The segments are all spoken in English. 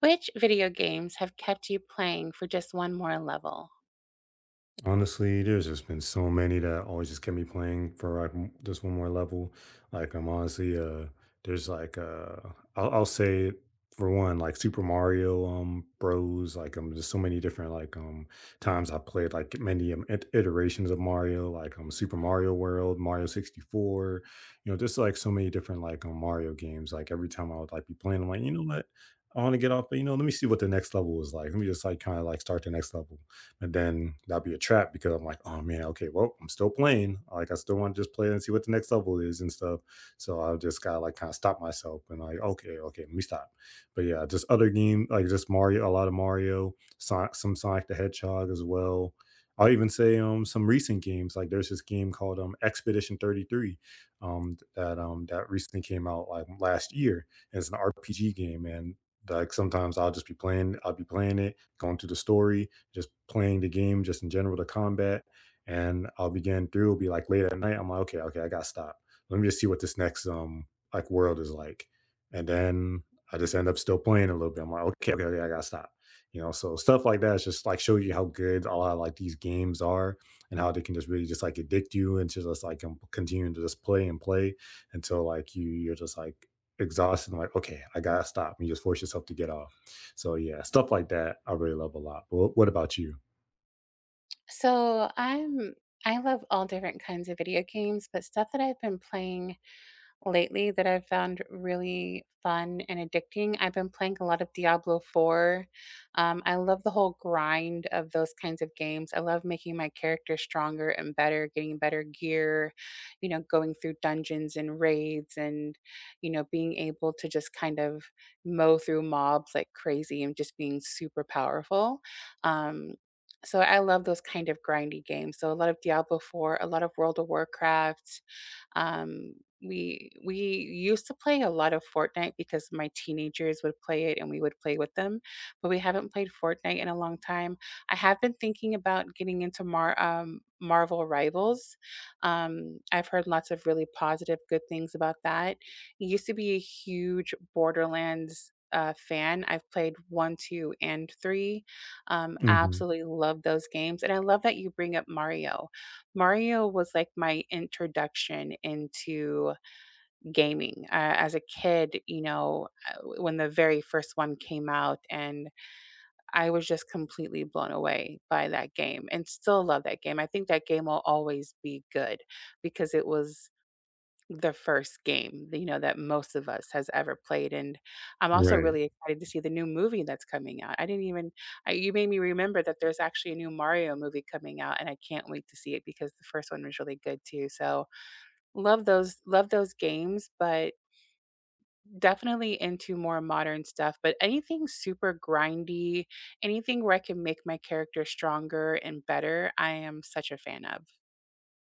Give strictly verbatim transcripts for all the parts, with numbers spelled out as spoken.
Which video games have kept you playing for just one more level? Honestly, there's just been so many that always just kept me playing for like m- just one more level. Like I'm honestly, uh, there's like uh, I'll, I'll say for one, like Super Mario um Bros. Like um, there's so many different like um times I played like many um, it- iterations of Mario, like um Super Mario World, Mario sixty-four. You know, just like so many different like um, Mario games. Like every time I would like be playing, I'm like, you know what, I want to get off, but you know, let me see what the next level is like. Let me just like kind of like start the next level, and then that'd be a trap because I'm like, oh man, okay, well, I'm still playing. Like I still want to just play and see what the next level is and stuff. So I just gotta like kind of stop myself and like, okay, okay, let me stop. But yeah, just other game like just Mario, a lot of Mario, Sonic, some Sonic the Hedgehog as well. I'll even say um some recent games like there's this game called um Expedition thirty-three um that um that recently came out like last year, and it's an R P G game, and like sometimes I'll just be playing I'll be playing it, going through the story, just playing the game, just in general, the combat. And I'll begin through, it'll be like late at night. I'm like, okay, okay, I gotta stop. Let me just see what this next um like world is like. And then I just end up still playing a little bit. I'm like, okay, okay, okay, I gotta stop. You know, so stuff like that is just like show you how good a lot of like these games are and how they can just really just like addict you into just like um, continuing to just play and play until like you you're just like exhausted and like, okay, I gotta stop. And you just force yourself to get off. So yeah, stuff like that I really love a lot. But what about you? So I'm I love all different kinds of video games, but stuff that I've been playing lately that I've found really fun and addicting. I've been playing a lot of Diablo four. Um, I love the whole grind of those kinds of games. I love making my character stronger and better, getting better gear, you know, going through dungeons and raids and, you know, being able to just kind of mow through mobs like crazy and just being super powerful. Um, so I love those kind of grindy games. So a lot of Diablo four, a lot of World of Warcraft, um, we we used to play a lot of Fortnite because my teenagers would play it and we would play with them, but we haven't played Fortnite in a long time. I have been thinking about getting into Mar um, Marvel Rivals. Um, I've heard lots of really positive, good things about that. Used to be a huge Borderlands uh, fan. I've played one, two, and three. Um, Mhm. Absolutely love those games, and I love that you bring up Mario. Mario was like my introduction into gaming. Uh, as a kid, you know, uh, when the very first one came out, and I was just completely blown away by that game and still love that game. I think that game will always be good because it was the first game, you know, that most of us has ever played, and I'm also Right. really excited to see the new movie that's coming out. I didn't even I you made me remember that there's actually a new Mario movie coming out, and I can't wait to see it because the first one was really good too. So, love those love those games, but definitely into more modern stuff, but anything super grindy, anything where I can make my character stronger and better, I am such a fan of.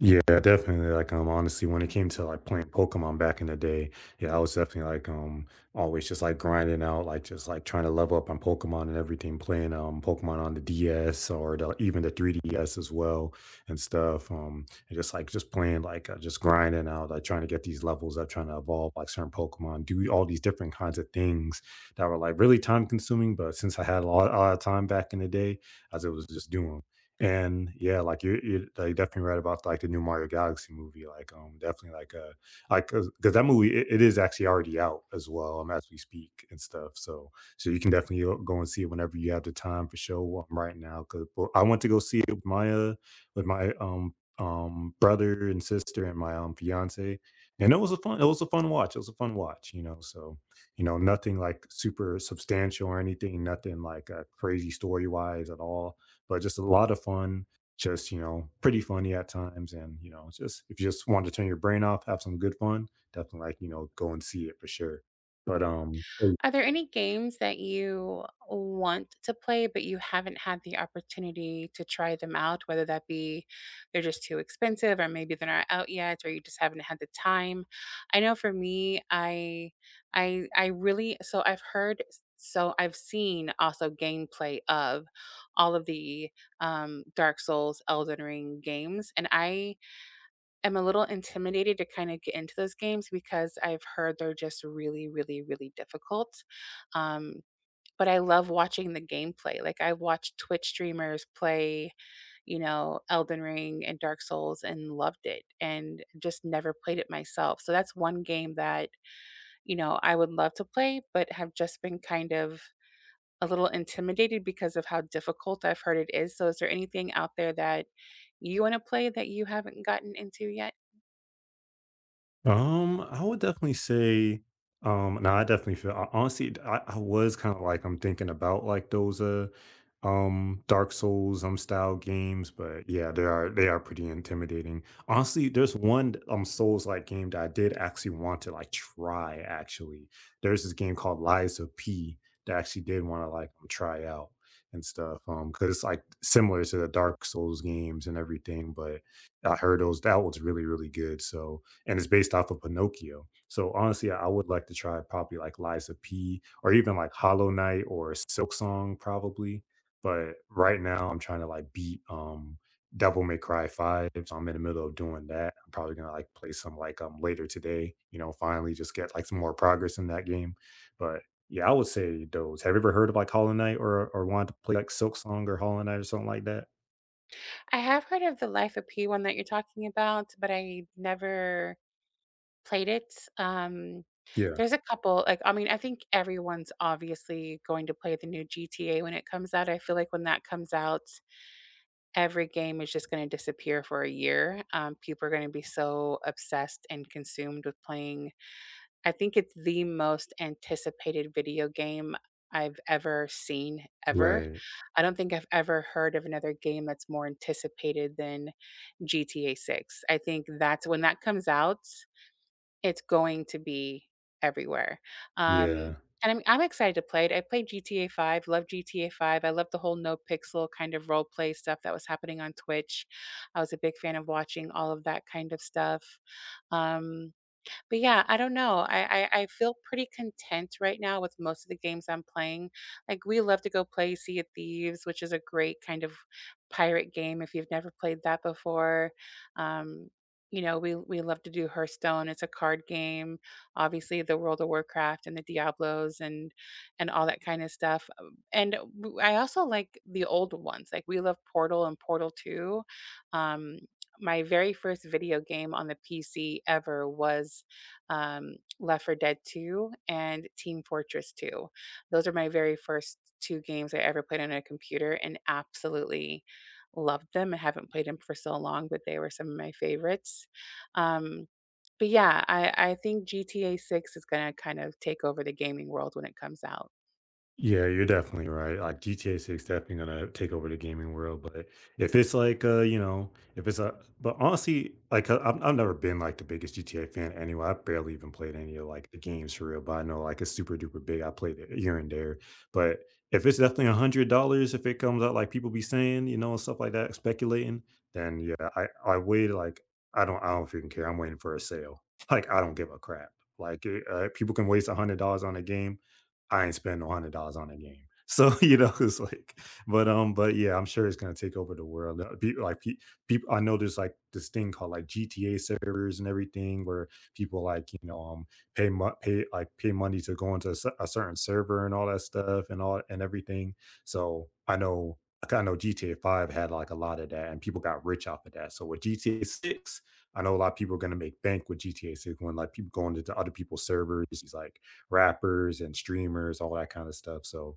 Yeah, definitely. Like, um, honestly, when it came to like playing Pokemon back in the day, yeah, I was definitely like, um, always just like grinding out, like just like trying to level up on Pokemon and everything, playing um Pokemon on the D S or the, even the three D S as well and stuff. Um, and just like just playing, like uh, just grinding out, like trying to get these levels up, trying to evolve like certain Pokemon, do all these different kinds of things that were like really time consuming. But since I had a lot, a lot of time back in the day, as it was just doing. And yeah, like you, you like definitely right about like the new Mario Galaxy movie. Like, um, definitely like uh like because that movie it, it is actually already out as well um, as we speak and stuff. So so you can definitely go go and see it whenever you have the time for sure. Um, right now, because I went to go see it with my uh, with my um um brother and sister and my um fiance, and it was a fun it was a fun watch. It was a fun watch, you know. So you know nothing like super substantial or anything, nothing like uh, crazy story wise at all, but just a lot of fun, just you know pretty funny at times, and you know just if you just want to turn your brain off, have some good fun, definitely like you know go and see it for sure. but um oh, Are there any games that you want to play, but you haven't had the opportunity to try them out? Whether that be they're just too expensive, or maybe they're not out yet, or you just haven't had the time. I know for me, I, I, I really so I've heard, so I've seen also gameplay of all of the um, Dark Souls, Elden Ring games, and I am a little intimidated to kind of get into those games because I've heard they're just really, really, really difficult. Um, but I love watching the gameplay. Like I watched Twitch streamers play, you know, Elden Ring and Dark Souls and loved it and just never played it myself. So that's one game that, you know, I would love to play, but have just been kind of a little intimidated because of how difficult I've heard it is. So is there anything out there that you want to play that you haven't gotten into yet? Um, I would definitely say, um, no, I definitely feel I, honestly, d- I, I was kind of like I'm thinking about like those uh, um, Dark Souls um style games, but yeah, they are they are pretty intimidating. Honestly, there's one um Souls like game that I did actually want to like try. Actually, there's this game called Liza P that I actually did want to like um, try out and stuff. Um, because it's like similar to the Dark Souls games and everything, but I heard those that was really really good. So, and it's based off of Pinocchio. So honestly, I would like to try probably like Liza P, or even like Hollow Knight or Silk Song probably. But right now I'm trying to like beat um Devil May Cry five. So I'm in the middle of doing that. I'm probably gonna like play some like um later today, you know, finally just get like some more progress in that game. But yeah, I would say those. Have you ever heard of like Hollow Knight, or or wanted to play like Silk Song or Hollow Knight or something like that? I have heard of the Life of P one that you're talking about, but I never played it. Um, Yeah. There's a couple, like, I mean, I think everyone's obviously going to play the new G T A when it comes out. I feel like when that comes out, every game is just going to disappear for a year. Um, people are going to be so obsessed and consumed with playing. I think it's the most anticipated video game I've ever seen, ever. Right. I don't think I've ever heard of another game that's more anticipated than G T A six. I think that's when that comes out, it's going to be everywhere. Um, Yeah. and I'm I'm excited to play it. I played G T A five, love G T A five. I love the whole no pixel kind of role play stuff that was happening on Twitch. I was a big fan of watching all of that kind of stuff. Um but yeah, I don't know. I, I I feel pretty content right now with most of the games I'm playing. Like we love to go play Sea of Thieves, which is a great kind of pirate game if you've never played that before. Um, you know, we we love to do Hearthstone. It's a card game. Obviously, the World of Warcraft and the Diablos and and all that kind of stuff. Um, And w- I also like the old ones. Like we love Portal and Portal two. Um, my very first video game on the P C ever was um, Left four Dead two and Team Fortress two. Those are my very first two games I ever played on a computer and absolutely loved them. I haven't played them for so long, but they were some of my favorites. Um, but yeah, I, I think G T A six is going to kind of take over the gaming world when it comes out. Yeah, you're definitely right. Like G T A six definitely gonna take over the gaming world, but if it's like uh, you know, if it's a but honestly, like uh, I've, I've never been like the biggest G T A fan anyway. I barely even played any of like the games for real, but I know like it's super duper big. I played it here and there. But if it's definitely a hundred dollars, if it comes out like people be saying, you know, and stuff like that, speculating, then yeah, I I wait like I don't I don't freaking care. I'm waiting for a sale. Like I don't give a crap. Like it, uh, people can waste a hundred dollars on a game. I ain't spending one hundred dollars on a game. So, you know, it's like, but, um, but yeah, I'm sure it's gonna take over the world. Uh, pe like, people I know there's, like, this thing called, like, G T A servers and everything where people, like, you know, um, pay mo pay, like, pay money to go into a cer a certain server and all that stuff and all and everything. So, I know like, I kinda know G T A five had, like, a lot of that, and people got rich off of that. So, with G T A six, I know a lot of people are gonna make bank with G T A six when, like, people going into other people's servers, it's like, rappers and streamers, all that kind of stuff. So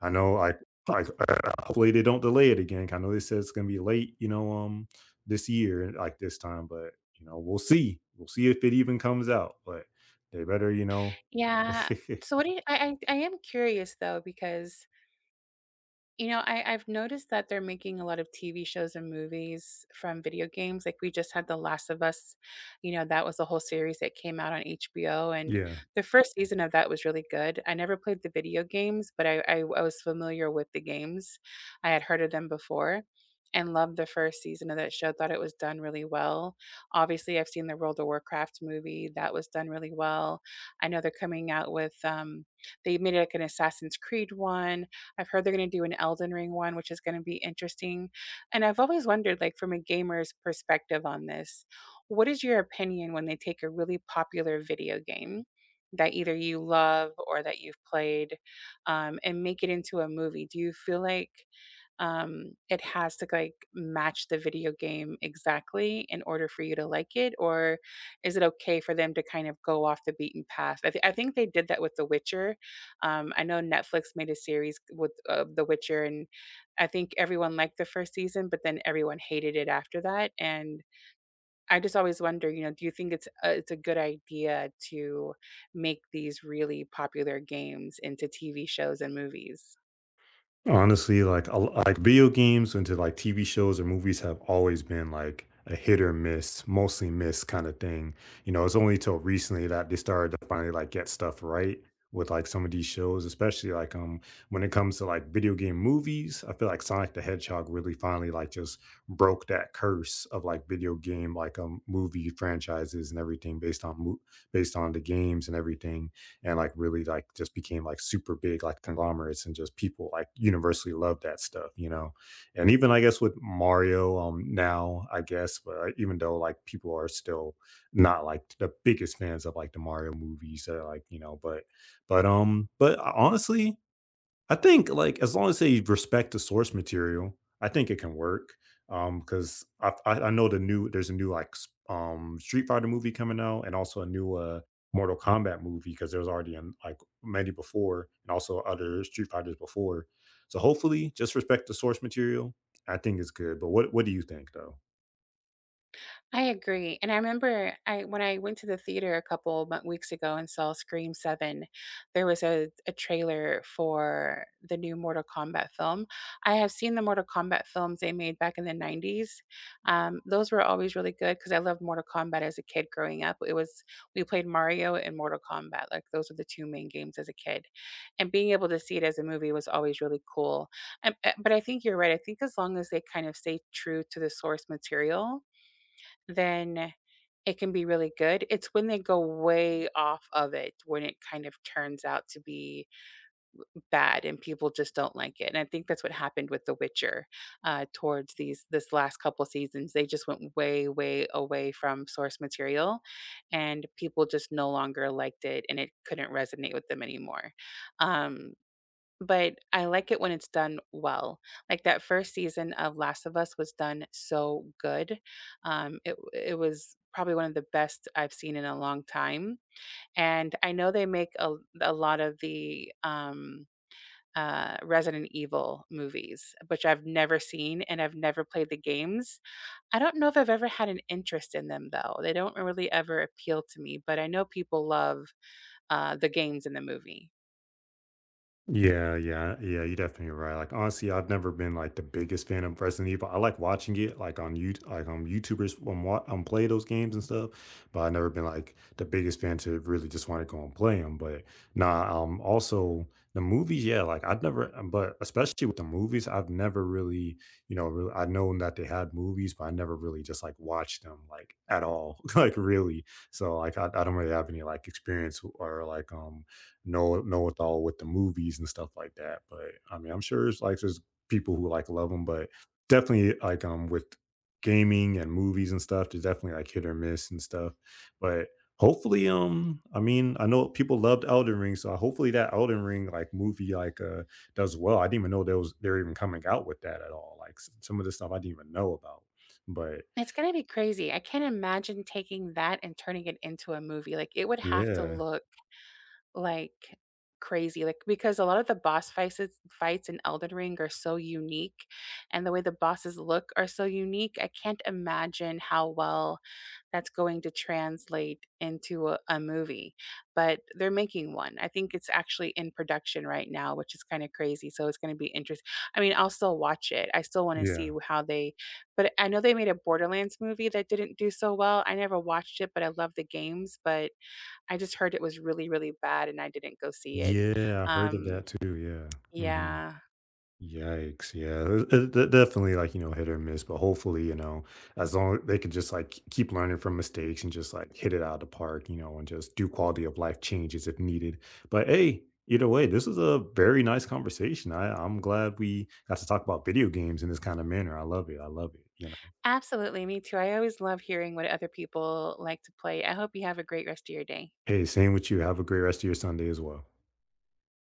I know like like uh, hopefully they don't delay it again. 'Cause I know they said it's gonna be late, you know, um this year like this time, but you know, we'll see. We'll see if it even comes out. But they better, you know. Yeah. So what do you, I, I I am curious though because you know, I, I've noticed that they're making a lot of T V shows and movies from video games. Like we just had The Last of Us, you know, that was a whole series that came out on H B O. And Yeah. the first season of that was really good. I never played the video games, but I, I, I was familiar with the games. I had heard of them before and loved the first season of that show. Thought it was done really well. Obviously, I've seen the World of Warcraft movie, that was done really well. I know they're coming out with, um, they made like an Assassin's Creed one. I've heard they're going to do an Elden Ring one, which is going to be interesting. And I've always wondered, like, from a gamer's perspective on this, what is your opinion when they take a really popular video game that either you love or that you've played um, and make it into a movie? Do you feel like um, it has to like match the video game exactly in order for you to like it, or is it okay for them to kind of go off the beaten path? I, th- I think they did that with The Witcher. Um, I know Netflix made a series with uh, The Witcher, and I think everyone liked the first season, but then everyone hated it after that. And I just always wonder, you know, do you think it's a, it's a good idea to make these really popular games into T V shows and movies? Honestly, like a l- like video games into like T V shows or movies have always been like a hit or miss, mostly miss kind of thing. You know, it's only till recently that they started to finally like get stuff right with like some of these shows, especially like um when it comes to like video game movies. I feel like Sonic the Hedgehog really finally like just broke that curse of like video game like um movie franchises and everything based on mo- based on the games and everything, and like really like just became like super big like conglomerates, and just people like universally love that stuff you know. And even I guess with Mario um now I guess, but uh, even though like people are still not like the biggest fans of like the Mario movies, uh, like you know, but but um but uh, honestly, I think, like, as long as they respect the source material, I think it can work. Um, Because I I I know the new there's a new, like, s um, Street Fighter movie coming out, and also a new, uh, Mortal Kombat movie, because there was already an like, many before, and also other Street Fighters before. So, hopefully, just respect the source material. I think it's good, but what what do you think, though? I agree, and I remember I when I went to the theater a couple mo weeks ago and saw Scream seven, there was a a trailer for the new Mortal Kombat film. I have seen the Mortal Kombat films they made back in the nineties. Um, those were always really good because I loved Mortal Kombat as a kid growing up. It was we played Mario and Mortal Kombat, like, those were the two main games as a kid, and being able to see it as a movie was always really cool. And, eh, but I think you're right, I think as long as they kind of stay true to the source material, then it can be really good. It's when they go way off of it when it kind of turns out to be bad and people just don't like it. And I think that's what happened with The Witcher uh, towards these this last couple seasons. They just went way, way away from source material, and people just no longer liked it, and it couldn't resonate with them anymore. Um, but I like it when it's done well. Like that first season of Last of Us was done so good. Um, it it was probably one of the best I've seen in a long time. And I know they make a, a lot of the um, uh, Resident Evil movies, which I've never seen and I've never played the games. I don't know if I've ever had an interest in them though. They don't really ever appeal to me, but I know people love uh, the games in the movie. Yeah, yeah, yeah, you're definitely right. Like honestly, I've never been like the biggest fan of Resident Evil. I like watching it like on you like um YouTubers when wa- um play those games and stuff, but I've never been like the biggest fan to really just want to go and play them. But nah, um also the movies, yeah, like I've never um, but especially with the movies, I've never really, you know, really I known that they had movies, but I never really just like watched them like at all. Like really. So like I, I don't really have any like experience or like um know know it all with the movies and stuff like that. But I mean, I'm sure it's like there's people who like love them, but definitely like um with gaming and movies and stuff, there's definitely like hit or miss and stuff. But hopefully, um, I mean, I know people loved Elden Ring, so hopefully that Elden Ring like movie like uh does well. I didn't even know there was they're even coming out with that at all. Like s- some of the stuff I didn't even know about. But It's gonna be crazy. I can't imagine taking that and turning it into a movie. Like, it would have to yeah, look, like, crazy, like, because a lot of the boss fights is fights in Elden Ring are so unique, and the way the bosses look are so unique, I can't imagine how well that's going to translate into a, a movie, but they're making one. I think it's actually in production right now, which is kind of crazy. So it's going to be interesting. I mean, I'll still watch it. I still want to see yeah, wh- how they, but I know they made a Borderlands movie that didn't do so well. I never watched it, but I love the games, but I just heard it was really, really bad and I didn't go see it. yeah, I heard of Um, that too. Yeah. Hmm. yeah. Yikes! Yeah, th- th- definitely like you know hit or miss, but hopefully you know as long they can just like keep learning from mistakes and just like hit it out of the park, you know, and just do quality of life changes if needed. But hey, either way, this is a very nice conversation. I I'm glad we got to talk about video games in this kind of manner. I love it. I love it. You know. Absolutely, me too. I always love hearing what other people like to play. I hope you have a great rest of your day. Hey, same with you. Have a great rest of your Sunday as well.